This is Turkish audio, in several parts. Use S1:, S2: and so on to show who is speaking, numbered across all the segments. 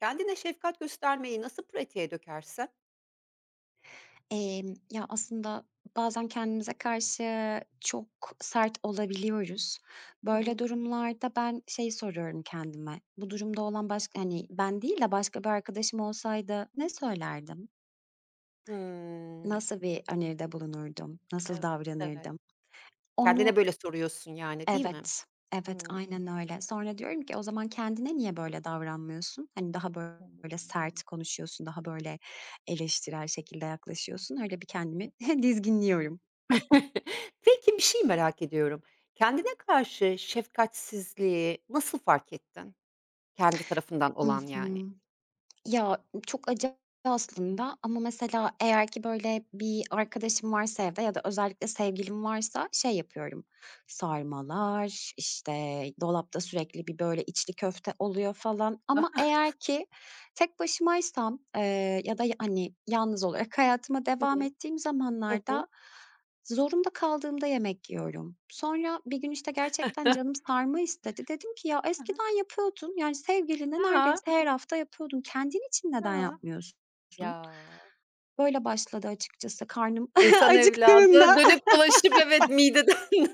S1: Kendine şefkat göstermeyi nasıl pratiğe dökersen?
S2: Aslında bazen kendimize karşı çok sert olabiliyoruz.
S1: Hı
S2: Böyle
S1: hı.
S2: durumlarda ben şey soruyorum kendime, bu durumda olan başka, hani, ben değil de başka bir arkadaşım olsaydı ne söylerdim?
S1: Hımm.
S2: Nasıl bir öneride bulunurdum? Nasıl
S1: Evet, evet.
S2: davranırdım?
S1: Kendine
S2: Onu
S1: böyle soruyorsun yani, değil mi?
S2: evet, evet,
S1: Hımm.
S2: aynen öyle. Sonra diyorum ki, "O zaman kendine niye böyle davranmıyorsun? Hani, daha böyle sert konuşuyorsun, daha böyle eleştirel şekilde yaklaşıyorsun." Öyle bir kendimi dizginliyorum.
S1: Peki, bir şey merak ediyorum. Kendine karşı şefkatsizliği nasıl fark ettin? Kendi tarafından
S2: Hı
S1: olan yani.
S2: hı. Ya, çok acayip aslında ama mesela eğer ki böyle bir arkadaşım varsa evde ya da özellikle sevgilim varsa şey yapıyorum, sarmalar, işte, dolapta sürekli bir böyle içli köfte oluyor falan ama eğer ki tek başımaysam, ya da, hani, yalnız olarak hayatıma
S1: Hı
S2: devam
S1: hı.
S2: ettiğim
S1: Hı hı.
S2: zamanlarda zorunda kaldığımda yemek yiyorum. Sonra bir gün, işte, gerçekten canım sarma istedi. Dedim ki, "Ya,
S1: Hı hı.
S2: eskiden yapıyordun, yani, sevgilinle neredeyse her hafta yapıyordun. Kendin için neden yapmıyorsun?"
S1: Ya!
S2: Böyle başladı açıkçası karnım
S1: İnsan
S2: acıktığında
S1: evladı dönüp dolaşıp evet mideden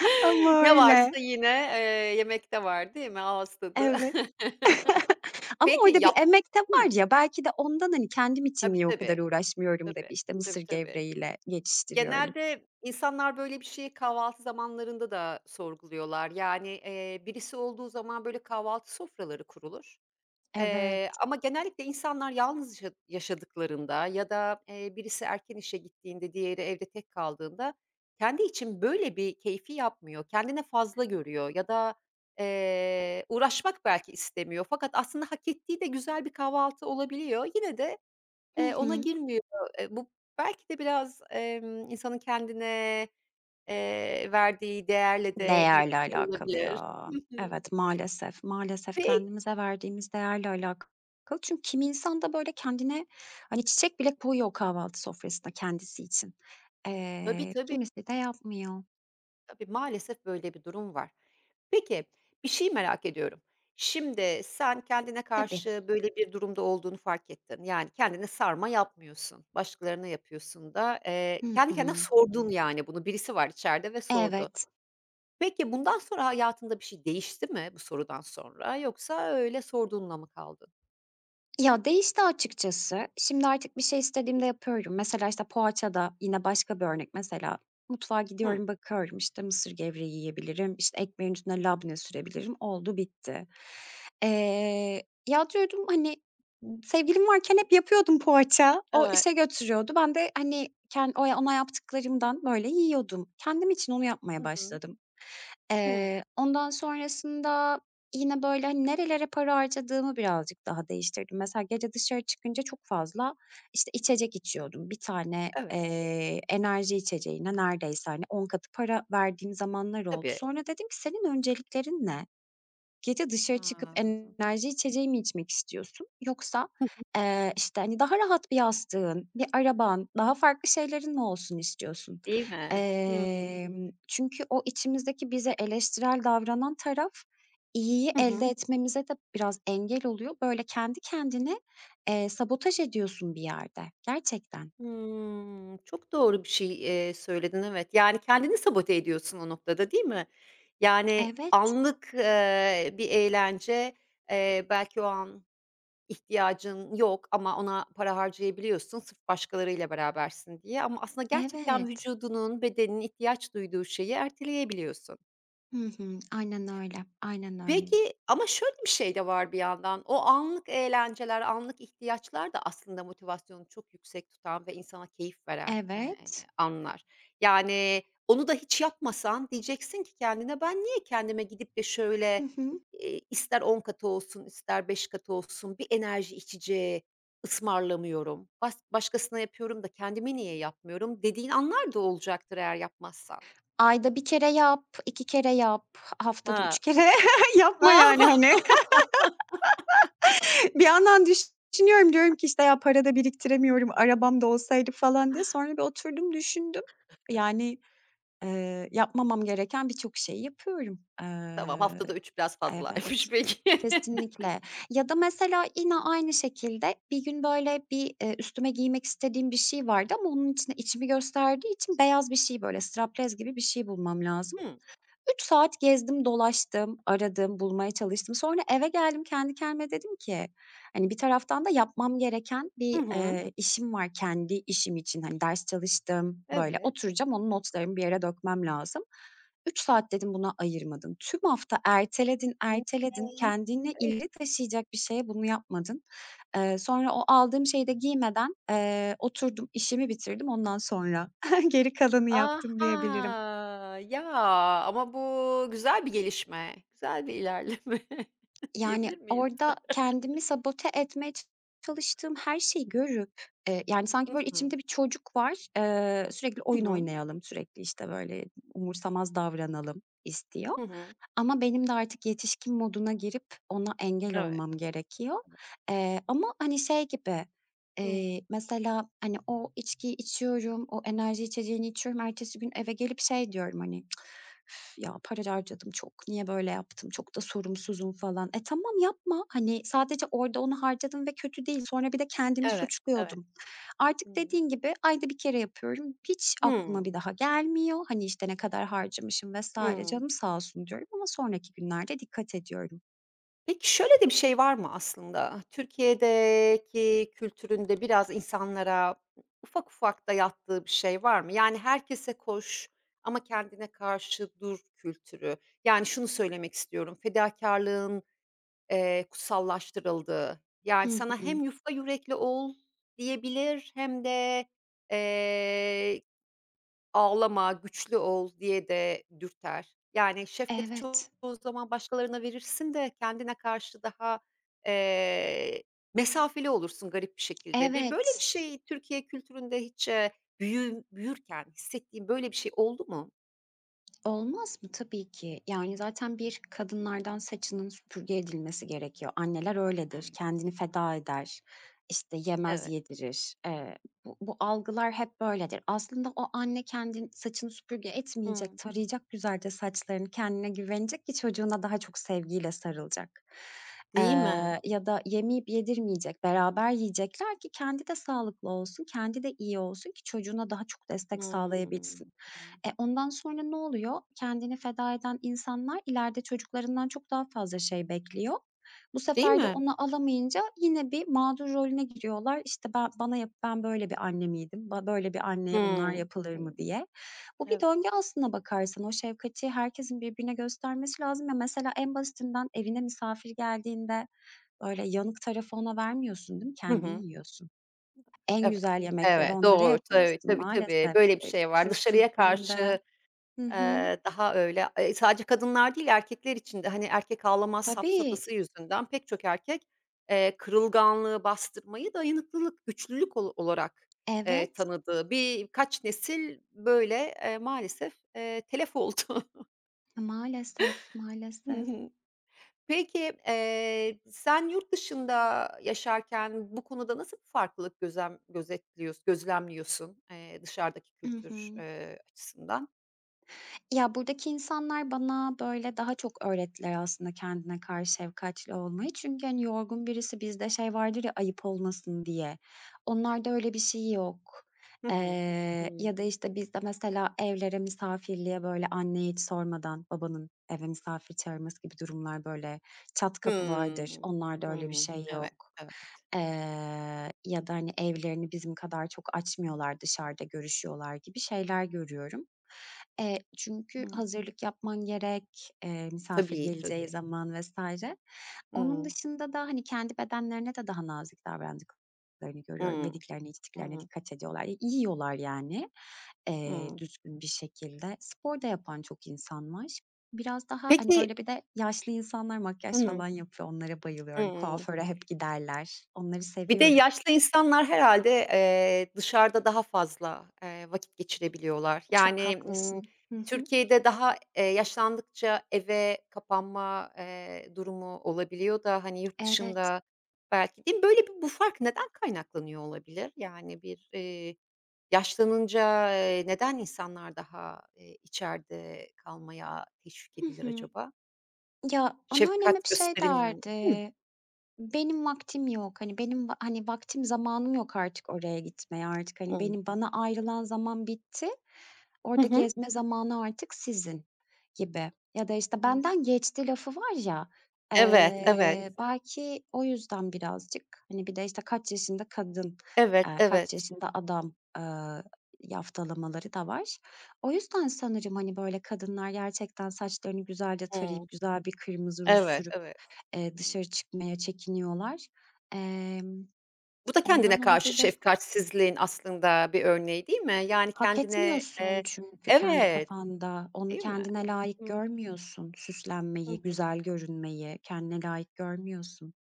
S2: ama
S1: Ne varsa
S2: öyle.
S1: yine, yemekte var değil mi? Ağız tadı.
S2: Evet. Ama
S1: Peki
S2: orada bir
S1: yap
S2: emek de
S1: Hımm.
S2: var ya, belki de ondan, hani, kendim için
S1: Tabii,
S2: niye o kadar
S1: tabii.
S2: uğraşmıyorum da
S1: Tabii.
S2: bir, işte,
S1: Tabii,
S2: mısır
S1: tabii.
S2: gevreğiyle geçiştiriyorum.
S1: Genelde insanlar böyle bir şeyi kahvaltı zamanlarında da sorguluyorlar. Yani, birisi olduğu zaman böyle kahvaltı sofraları kurulur.
S2: Evet.
S1: Ama genellikle insanlar yalnız yaşadıklarında ya da, birisi erken işe gittiğinde, diğeri evde tek kaldığında kendi için böyle bir keyfi yapmıyor. Kendine fazla görüyor ya da, uğraşmak belki istemiyor fakat aslında hak ettiği de güzel bir kahvaltı olabiliyor. Yine de,
S2: Hı
S1: ona
S2: hı.
S1: girmiyor. Bu belki de biraz, insanın kendine, verdiği değerle de ilgili
S2: Değerle alakalı
S1: olabilir.
S2: ya.
S1: Hı hı.
S2: Evet, maalesef, maalesef
S1: Peki.
S2: kendimize verdiğimiz değerle alakalı. Çünkü kimi insan da böyle kendine, hani, çiçek bile koyuyor kahvaltı sofrasında kendisi için.
S1: Tabii, tabii.
S2: Kimisi de yapmıyor.
S1: Tabii, maalesef böyle bir durum var. Peki, bir şey merak ediyorum. Şimdi sen kendine
S2: Tabii.
S1: karşı böyle bir durumda olduğunu fark ettin. Yani kendine sarma yapmıyorsun, başkalarına yapıyorsun da.
S2: Hı
S1: Kendi kendine
S2: hı.
S1: sordun yani bunu. Birisi var içeride ve sordu.
S2: Evet.
S1: Peki bundan sonra hayatında bir şey değişti mi bu sorudan sonra yoksa öyle sorduğunla mı kaldın?
S2: Ya, değişti açıkçası. Şimdi artık bir şey istediğimde yapıyorum. Mesela, işte, poğaçada yine başka bir örnek. Mesela mutfağa
S1: Hımm.
S2: gidiyorum, bakıyorum, işte, mısır gevreği yiyebilirim, işte, ekmeğin üstüne labne sürebilirim. Oldu, bitti. Eee, ya, diyordum, hani, sevgilim varken hep yapıyordum poğaça. O
S1: Evet.
S2: işe götürüyordu. Ben de, hani, kendi ona yaptıklarımdan, böyle, yiyordum. Kendim için onu yapmaya
S1: Hı hı.
S2: başladım.
S1: Hımm.
S2: Ondan sonrasında yine, böyle, hani, nerelere para harcadığımı birazcık daha değiştirdim. Mesela gece dışarı çıkınca çok fazla, işte, içecek içiyordum. Bir tane,
S1: Evet,
S2: enerji içeceğine neredeyse, hani, 10 katı para verdiğim zamanlar oldu.
S1: tabii.
S2: Sonra dedim ki, "Senin önceliklerin ne? Gece dışarı çıkıp
S1: Hıı.
S2: enerji içeceği mi içmek istiyorsun? Yoksa, işte, hani, daha rahat bir yastığın, bir araban, daha farklı şeylerin mi olsun istiyorsun?
S1: Değil mi? Hımm.
S2: Çünkü o içimizdeki bize eleştirel davranan taraf, iyiyi
S1: Hı
S2: elde
S1: hı.
S2: etmemize de biraz engel oluyor. Böyle kendi kendine, sabotaj ediyorsun bir yerde gerçekten.
S1: Hımm, çok doğru bir şey, söyledin, evet. Yani, kendini sabote ediyorsun o noktada, değil mi? Yani,
S2: Evet,
S1: anlık, bir eğlence, belki o an ihtiyacın yok ama ona para harcayabiliyorsun sırf başkalarıyla berabersin diye ama aslında gerçekten
S2: evet.
S1: vücudunun, bedeninin ihtiyaç duyduğu şeyi erteleyebiliyorsun.
S2: Hı hı. Aynen öyle, aynen öyle.
S1: Peki ama şöyle bir şey de var bir yandan, o anlık eğlenceler, anlık ihtiyaçlar da aslında motivasyonu çok yüksek tutan ve insana keyif veren,
S2: Evet.
S1: anlar. Yani onu da hiç yapmasan diyeceksin ki kendine, "Ben niye kendime gidip de
S2: Hı
S1: şöyle,
S2: hı.
S1: ister 10 katı olsun, ister 5 katı olsun bir enerji içeceği ısmarlamıyorum, bas başkasına yapıyorum da kendime niye yapmıyorum?" dediğin anlar da olacaktır eğer yapmazsan.
S2: Ayda bir kere yap, 2 kere yap, haftada 3
S1: Ha.
S2: kere yapma yani,
S1: A!
S2: hani. Bir yandan düşünüyorum, diyorum ki, işte, ya, para da biriktiremiyorum, arabam da olsaydı falan diye. Sonra bir oturdum, düşündüm. Yani, yapmamam gereken birçok şeyi yapıyorum.
S1: Tamam, haftada 3 biraz fazlaymış
S2: Evet,
S1: peki.
S2: kesinlikle. Ya da mesela yine aynı şekilde bir gün, böyle, bir, üstüme giymek istediğim bir şey vardı ama onun içine içimi gösterdiği için beyaz bir şey, böyle, straplez gibi bir şey bulmam lazım.
S1: Hıı.
S2: 3 saat gezdim, dolaştım, aradım, bulmaya çalıştım. Sonra eve geldim, kendi kendime dedim ki, hani, bir taraftan da yapmam gereken
S1: Hı
S2: bir,
S1: hı.
S2: işim var kendi işim için. Hani, ders çalıştım, böyle,
S1: Evet.
S2: oturacağım, onun notlarımı bir yere dökmem lazım. 3 saat dedim buna ayırmadın. Tüm hafta erteledin,
S1: Ne?
S2: erteledin, kendini ileri taşıyacak bir şeye bunu yapmadın. Sonra o aldığım şeyi de giymeden, oturdum, işimi bitirdim, ondan sonra geri kalanı yaptım diyebilirim.
S1: Aha! Ya, ama bu güzel bir gelişme, güzel bir ilerleme
S2: Yani,
S1: diyebilir miyiz?
S2: orada kendimi sabote etmeye çalıştığım her şeyi görüp, yani, sanki
S1: Hı
S2: böyle
S1: hı.
S2: içimde bir çocuk var, sürekli
S1: Hı
S2: oyun
S1: hı.
S2: oynayalım, sürekli, işte, böyle umursamaz davranalım istiyor.
S1: Hı hı.
S2: Ama benim de artık yetişkin moduna girip ona engel
S1: Evet.
S2: olmam gerekiyor. Ama, hani, şey gibi,
S1: Hıı.
S2: mesela, hani, o içkiyi içiyorum, o enerji içeceğini içiyorum, ertesi gün eve gelip şey diyorum, hani, ya para harcadım çok, niye böyle yaptım, çok da sorumsuzum falan. E tamam yapma. Hani sadece orada onu harcadım ve kötü değil. Sonra bir de kendimi
S1: Evet, evet.
S2: suçluyordum. Artık
S1: Hıı.
S2: dediğin gibi ayda bir kere yapıyorum. Hiç
S1: Hıı.
S2: aklıma bir daha gelmiyor. Hani işte ne kadar harcamışım vesaire
S1: Hıı.
S2: canım sağ olsun diyorum ama sonraki günlerde dikkat ediyorum.
S1: Peki, şöyle de bir şey var mı aslında? Türkiye'deki kültüründe biraz insanlara ufak ufak dayattığı bir şey var mı? Yani, herkese koş ama kendine karşı dur kültürü. Yani, şunu söylemek istiyorum, fedakarlığın kutsallaştırıldığı, yani,
S2: Hı
S1: sana
S2: hı.
S1: hem yufka yürekli ol diyebilir hem de, eee, "Ağlama, güçlü ol." diye de dürter. Yani şefkati çoğu
S2: Evet.
S1: zaman başkalarına verirsin de kendine karşı daha, eee, mesafeli olursun garip bir şekilde. Bir böyle bir
S2: Evet.
S1: şey Türkiye kültüründe hiç, büyürken hissettiğin böyle bir şey oldu mu?
S2: Olmaz mı? Tabii ki. Yani, zaten bir kadınlardan saçının süpürge edilmesi gerekiyor. Anneler öyledir,
S1: Evet,
S2: kendini feda eder, işte, yemez
S1: evet.
S2: yedirir. Bu algılar hep böyledir. Aslında o anne kendin saçını süpürge
S1: Hımm.
S2: etmeyecek, tarayacak güzelce saçlarını, kendine güvenecek ki çocuğuna daha çok sevgiyle sarılacak.
S1: Değil mi?
S2: Ya da yemeyip yedirmeyecek, beraber yiyecekler ki kendi de sağlıklı olsun, kendi de iyi olsun ki çocuğuna daha çok destek sağlayabilsin.
S1: Hımm.
S2: E, ondan sonra ne oluyor? Kendini feda eden insanlar ileride çocuklarından çok daha fazla şey bekliyor. Bu
S1: Değil
S2: sefer de
S1: mi?
S2: onu alamayınca yine bir mağdur rolüne giriyorlar. İşte ben bana yap ben böyle bir anne miydim? Böyle bir anneye bunlar
S1: Hımm.
S2: yapılır mı
S1: Hımm.
S2: diye. Bu bir döngü
S1: Evet.
S2: aslına bakarsan. O şefkati herkesin birbirine göstermesi lazım ya mesela en basitinden evine misafir geldiğinde böyle yanık tarafı ona vermiyorsun değil mi?
S1: Hı
S2: Kendin
S1: hı.
S2: yiyorsun. En
S1: Evet.
S2: güzel yemekleri
S1: Evet,
S2: onlara
S1: doğru. Tabii,
S2: yapıyorsun.
S1: tabii, tabii.
S2: Maalesef,
S1: Böyle bir
S2: eee,
S1: şey var.
S2: Türk
S1: Dışarıya karşı
S2: kültüründe hı hı.
S1: Daha öyle, sadece kadınlar değil erkekler için de, hani, "Erkek ağlamaz"
S2: Tabii,
S1: safsatası yüzünden pek çok erkek, kırılganlığı, bastırmayı dayanıklılık, güçlülük olarak,
S2: evet.
S1: tanıdığı birkaç nesil böyle, maalesef, telef oldu.
S2: Maalesef,
S1: Hı
S2: maalesef.
S1: hı. Peki, sen yurt dışında yaşarken bu konuda nasıl bir farklılık gözlemliyorsun, dışarıdaki
S2: I
S1: kültür,
S2: hı.
S1: açısından?
S2: Ya, buradaki insanlar bana, böyle, daha çok öğrettiler aslında kendine karşı şefkatli olmayı. Çünkü, hani, yorgun birisi bizde şey vardır ya, ayıp olmasın diye. Onlarda öyle bir şey yok.
S1: Hı hı.
S2: Ya da, işte, bizde mesela evlere misafirliğe, böyle, anneye hiç sormadan babanın eve misafir çağırması gibi durumlar, böyle, çat kapı vardır.
S1: Hımm.
S2: Onlarda öyle bir
S1: Hımm.
S2: şey
S1: Evet,
S2: yok.
S1: evet.
S2: Ya da, hani, evlerini bizim kadar çok açmıyorlar, dışarıda görüşüyorlar gibi şeyler görüyorum. Çünkü
S1: Hımm.
S2: hazırlık yapman gerek, misafir
S1: Tabii,
S2: geleceği
S1: tabii.
S2: zaman vesaire. Onun
S1: Hımm.
S2: dışında da, hani, kendi bedenlerine de daha nazik davrandıklarını görüyorum.
S1: Hımm.
S2: Yediklerine, içtiklerine
S1: Hımm.
S2: dikkat ediyorlar. İ yiyorlar yani,
S1: Hımm.
S2: düzgün bir şekilde. Spor da yapan çok insan var. Biraz daha, hani,
S1: Peki
S2: böyle bir de yaşlı insanlar makyaj
S1: Hımm.
S2: falan yapıyor. Onlara bayılıyorum.
S1: Hımm.
S2: Kuaföre hep giderler. Onları
S1: Bir de
S2: seviyorum.
S1: yaşlı insanlar herhâlde, dışarıda daha fazla, vakit geçirebiliyorlar.
S2: Çok
S1: Yani,
S2: haklısın. Hı hı.
S1: Türkiye'de daha, yaşlandıkça eve kapanma, durumu olabiliyor da, hani, yurt
S2: Evet.
S1: dışında belki Değil mi? Böyle bir bu fark neden kaynaklanıyor olabilir? Yani bir, yaşlanınca, neden insanlar daha, içeride kalmaya teşvik
S2: Hı
S1: edilir
S2: hı.
S1: acaba?
S2: Ya, anneannem hep
S1: Şefkat
S2: şey
S1: gösterilmiyor. Hıh.
S2: derdi: benim vaktim yok. Hani, benim va hani, vaktim, zamanım yok artık oraya gitmeye. Artık, hani,
S1: Imm.
S2: benim bana ayrılan zaman bitti.
S1: Hı
S2: Orada
S1: hı.
S2: gezme zamanı artık sizin gibi. Ya da, işte,
S1: Hıı.
S2: benden geçti lafı var ya,
S1: Evet, evet.
S2: belki o yüzden birazcık, hani, bir de, işte, kaç yaşında kadın,
S1: Evet,
S2: kaç
S1: evet.
S2: yaşında adam, yaftalamaları da var. O yüzden sanırım, hani, böyle kadınlar gerçekten saçlarını güzelce
S1: Hımm.
S2: tarayıp güzel bir kırmızı ruj
S1: Evet,
S2: sürüp
S1: evet. Hımm.
S2: Dışarı çıkmaya çekiniyorlar. Emm,
S1: Bu da
S2: ondan
S1: kendine karşı
S2: olabilir.
S1: şefkatsizliğin aslında bir örneği, değil mi? Yani,
S2: Hak
S1: kendine,
S2: etmiyorsun çünkü kendi
S1: Evet,
S2: kafanda. Onu
S1: değil mi?
S2: kendine layık
S1: Hımm.
S2: görmüyorsun.
S1: Hı
S2: Süslenmeyi,
S1: hı.
S2: güzel görünmeyi kendine layık görmüyorsun.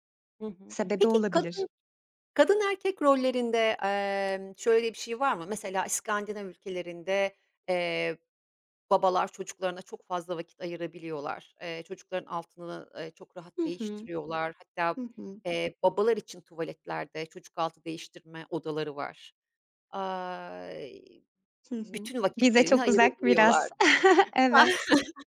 S1: Hı hı.
S2: Sebebi
S1: Peki
S2: olabilir.
S1: kadın erkek rollerinde, şöyle bir şey var mı? Mesela İskandinav ülkelerinde, eee, babalar çocuklarına çok fazla vakit ayırabiliyorlar. Çocukların altını, çok rahat
S2: Hı hı.
S1: değiştiriyorlar. Hatta,
S2: Hı hı.
S1: babalar için tuvaletlerde çocuk altı değiştirme odaları var. Aaa,
S2: Hı hı.
S1: bütün
S2: Bize
S1: vakitlerini
S2: çok uzak
S1: ayırabiliyorlar.
S2: biraz. Evet.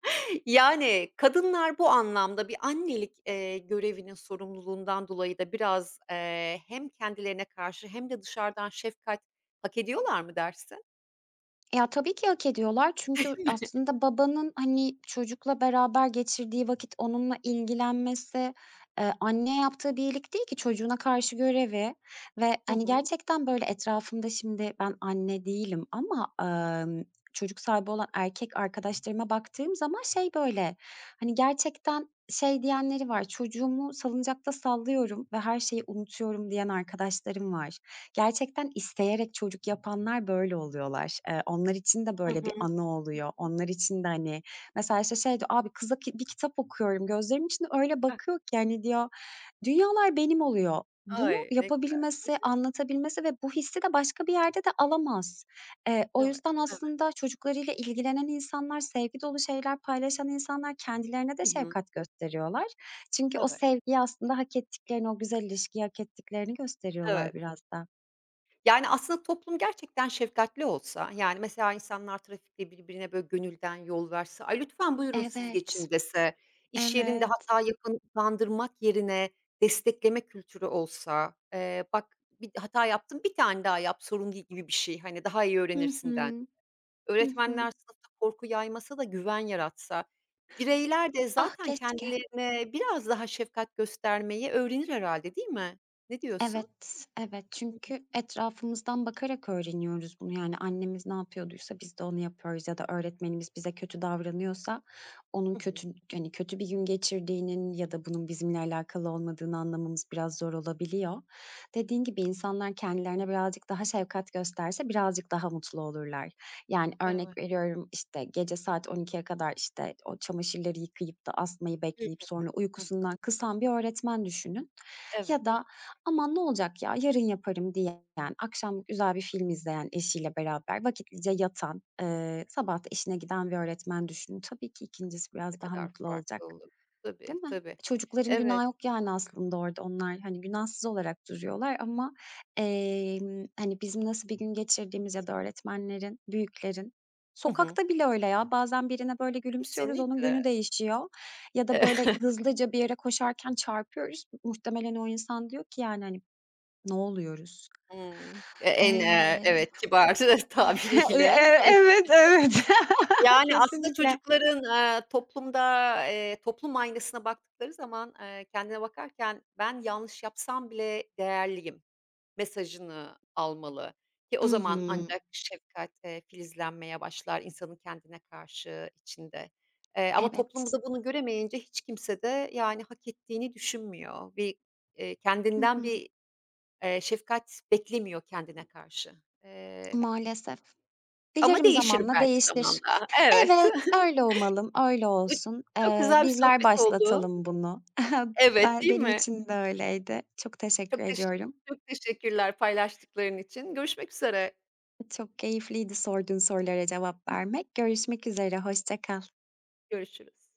S1: Yani, kadınlar bu anlamda bir annelik, görevinin sorumluluğundan dolayı da biraz, hem kendilerine karşı hem de dışarıdan şefkat hak ediyorlar mı dersin?
S2: Ya, tabii ki hak ediyorlar çünkü aslında babanın, hani, çocukla beraber geçirdiği vakit, onunla ilgilenmesi, anne yaptığı bir iyilik değil ki çocuğuna karşı görevi ve,
S1: Hı
S2: hani,
S1: hı.
S2: gerçekten böyle etrafımda şimdi ben anne değilim ama, çocuk sahibi olan erkek arkadaşlarıma baktığım zaman şey böyle, hani, gerçekten şey diyenleri var, "Çocuğumu salıncakta sallıyorum ve her şeyi unutuyorum." diyen arkadaşlarım var. Gerçekten isteyerek çocuk yapanlar böyle oluyorlar. Onlar için de
S1: Hı
S2: böyle bir
S1: hı.
S2: anı oluyor. Onlar için de, hani, mesela, işte, şey diyor, "Abi kıza ki bir kitap okuyorum, gözlerimin içine öyle bakıyor ki, hani" diyor, "dünyalar benim oluyor." Bunu
S1: Ay, ne güzel.
S2: yapabilmesi, anlatabilmesi ve bu hissi de başka bir yerde de alamaz. O
S1: Evet,
S2: yüzden
S1: evet.
S2: aslında çocuklarıyla ilgilenen insanlar, sevgi dolu şeyler paylaşan insanlar kendilerine de
S1: Hı hı.
S2: şefkat gösteriyorlar. Çünkü o
S1: Evet,
S2: sevgiyi aslında hak ettiklerini, o güzel ilişkiyi hak ettiklerini gösteriyorlar
S1: evet.
S2: biraz da.
S1: Yani, aslında toplum gerçekten şefkatli olsa, yani, mesela insanlar trafikte birbirine böyle gönülden yol verse, "Ay, lütfen buyurun siz
S2: Evet,
S1: geçin." dese, iş yerinde
S2: evet.
S1: hata yapanı utandırmak yerine destekleme kültürü olsa, "Bak, bir hata yaptın, bir tane daha yap, sorun değil." gibi bir şey, hani, daha iyi
S2: Hı
S1: öğrenirsinden.
S2: hı. Hı hı.
S1: Öğretmenler sınıfta korku yaymasa da güven yaratsa, bireyler de
S2: Ah,
S1: zaten
S2: keşke.
S1: kendilerine biraz daha şefkat göstermeyi öğrenir herhalde değil mi? Ne diyorsun?
S2: Evet, evet. Çünkü etrafımızdan bakarak öğreniyoruz bunu. Yani annemiz ne yapıyorduysa biz de onu yapıyoruz ya da öğretmenimiz bize kötü davranıyorsa onun
S1: Hı hı.
S2: kötü yani kötü bir gün geçirdiğinin ya da bunun bizimle alakalı olmadığını anlamamız biraz zor olabiliyor. Dediğin gibi insanlar kendilerine birazcık daha şefkat gösterse birazcık daha mutlu olurlar. Yani
S1: Evet.
S2: örnek veriyorum işte gece saat 12'ye kadar işte o çamaşırları yıkayıp da asmayı
S1: Hı
S2: bekleyip sonra
S1: hı.
S2: uykusundan kısan bir öğretmen düşünün
S1: Evet,
S2: ya da "Aman ne olacak ya, yarın yaparım." diyen, akşam güzel bir film izleyen eşiyle beraber vakitlice yatan, sabah da işine giden bir öğretmen düşünün. Tabii ki ikincisi
S1: ne
S2: biraz daha
S1: kadar
S2: mutlu olacak,
S1: farklı olur. Tabii,
S2: değil mi?
S1: tabii.
S2: Çocukların günahı
S1: Evet.
S2: yok yani aslında orada. Onlar, hani, günahsız olarak duruyorlar ama, hani, bizim nasıl bir gün geçirdiğimiz ya da
S1: Hı hı.
S2: öğretmenlerin, büyüklerin
S1: Hı hı.
S2: sokakta bile öyle ya. Bazen birine böyle gülümsüyoruz, onun
S1: Kesinlikle.
S2: günü değişiyor ya da böyle hızlıca bir yere koşarken çarpıyoruz. Muhtemelen o insan diyor ki yani, hani, ne oluyoruz?
S1: Hımm.
S2: Eee,
S1: Evet, kibar tabiriyle.
S2: evet, evet.
S1: Yani, aslında
S2: Kesinlikle.
S1: çocukların, toplumda, toplum aynasına baktıkları zaman, kendine bakarken ben yanlış yapsam bile değerliyim. Mesajını almalı ki
S2: I
S1: o zaman
S2: hı,
S1: ancak şefkat, filizlenmeye başlar insanın kendine karşı içinde. Ama
S2: evet.
S1: toplumda bunu göremeyince hiç kimse de, yani, hak ettiğini düşünmüyor. Bir,
S2: Hı
S1: kendinden
S2: hı,
S1: bir, şefkat beklemiyor kendine karşı. Eee,
S2: maalesef.
S1: ama
S2: Dilerim
S1: değişir
S2: zamanla
S1: belki
S2: değişir.
S1: zamanla. Evet.
S2: Evet, öyle umalım, öyle
S1: Bu
S2: olsun.
S1: çok güzel bir
S2: Bizler
S1: sohbet oldu.
S2: başlatalım bunu.
S1: Evet,
S2: Ben
S1: değil
S2: benim
S1: mi?
S2: için de öyleydi. Çok teşekkür
S1: Çok teş
S2: ediyorum.
S1: çok teşekkürler paylaştıkların için. Görüşmek üzere.
S2: Çok keyifliydi sorduğun sorulara cevap vermek. Görüşmek üzere, hoşça kal.
S1: Görüşürüz.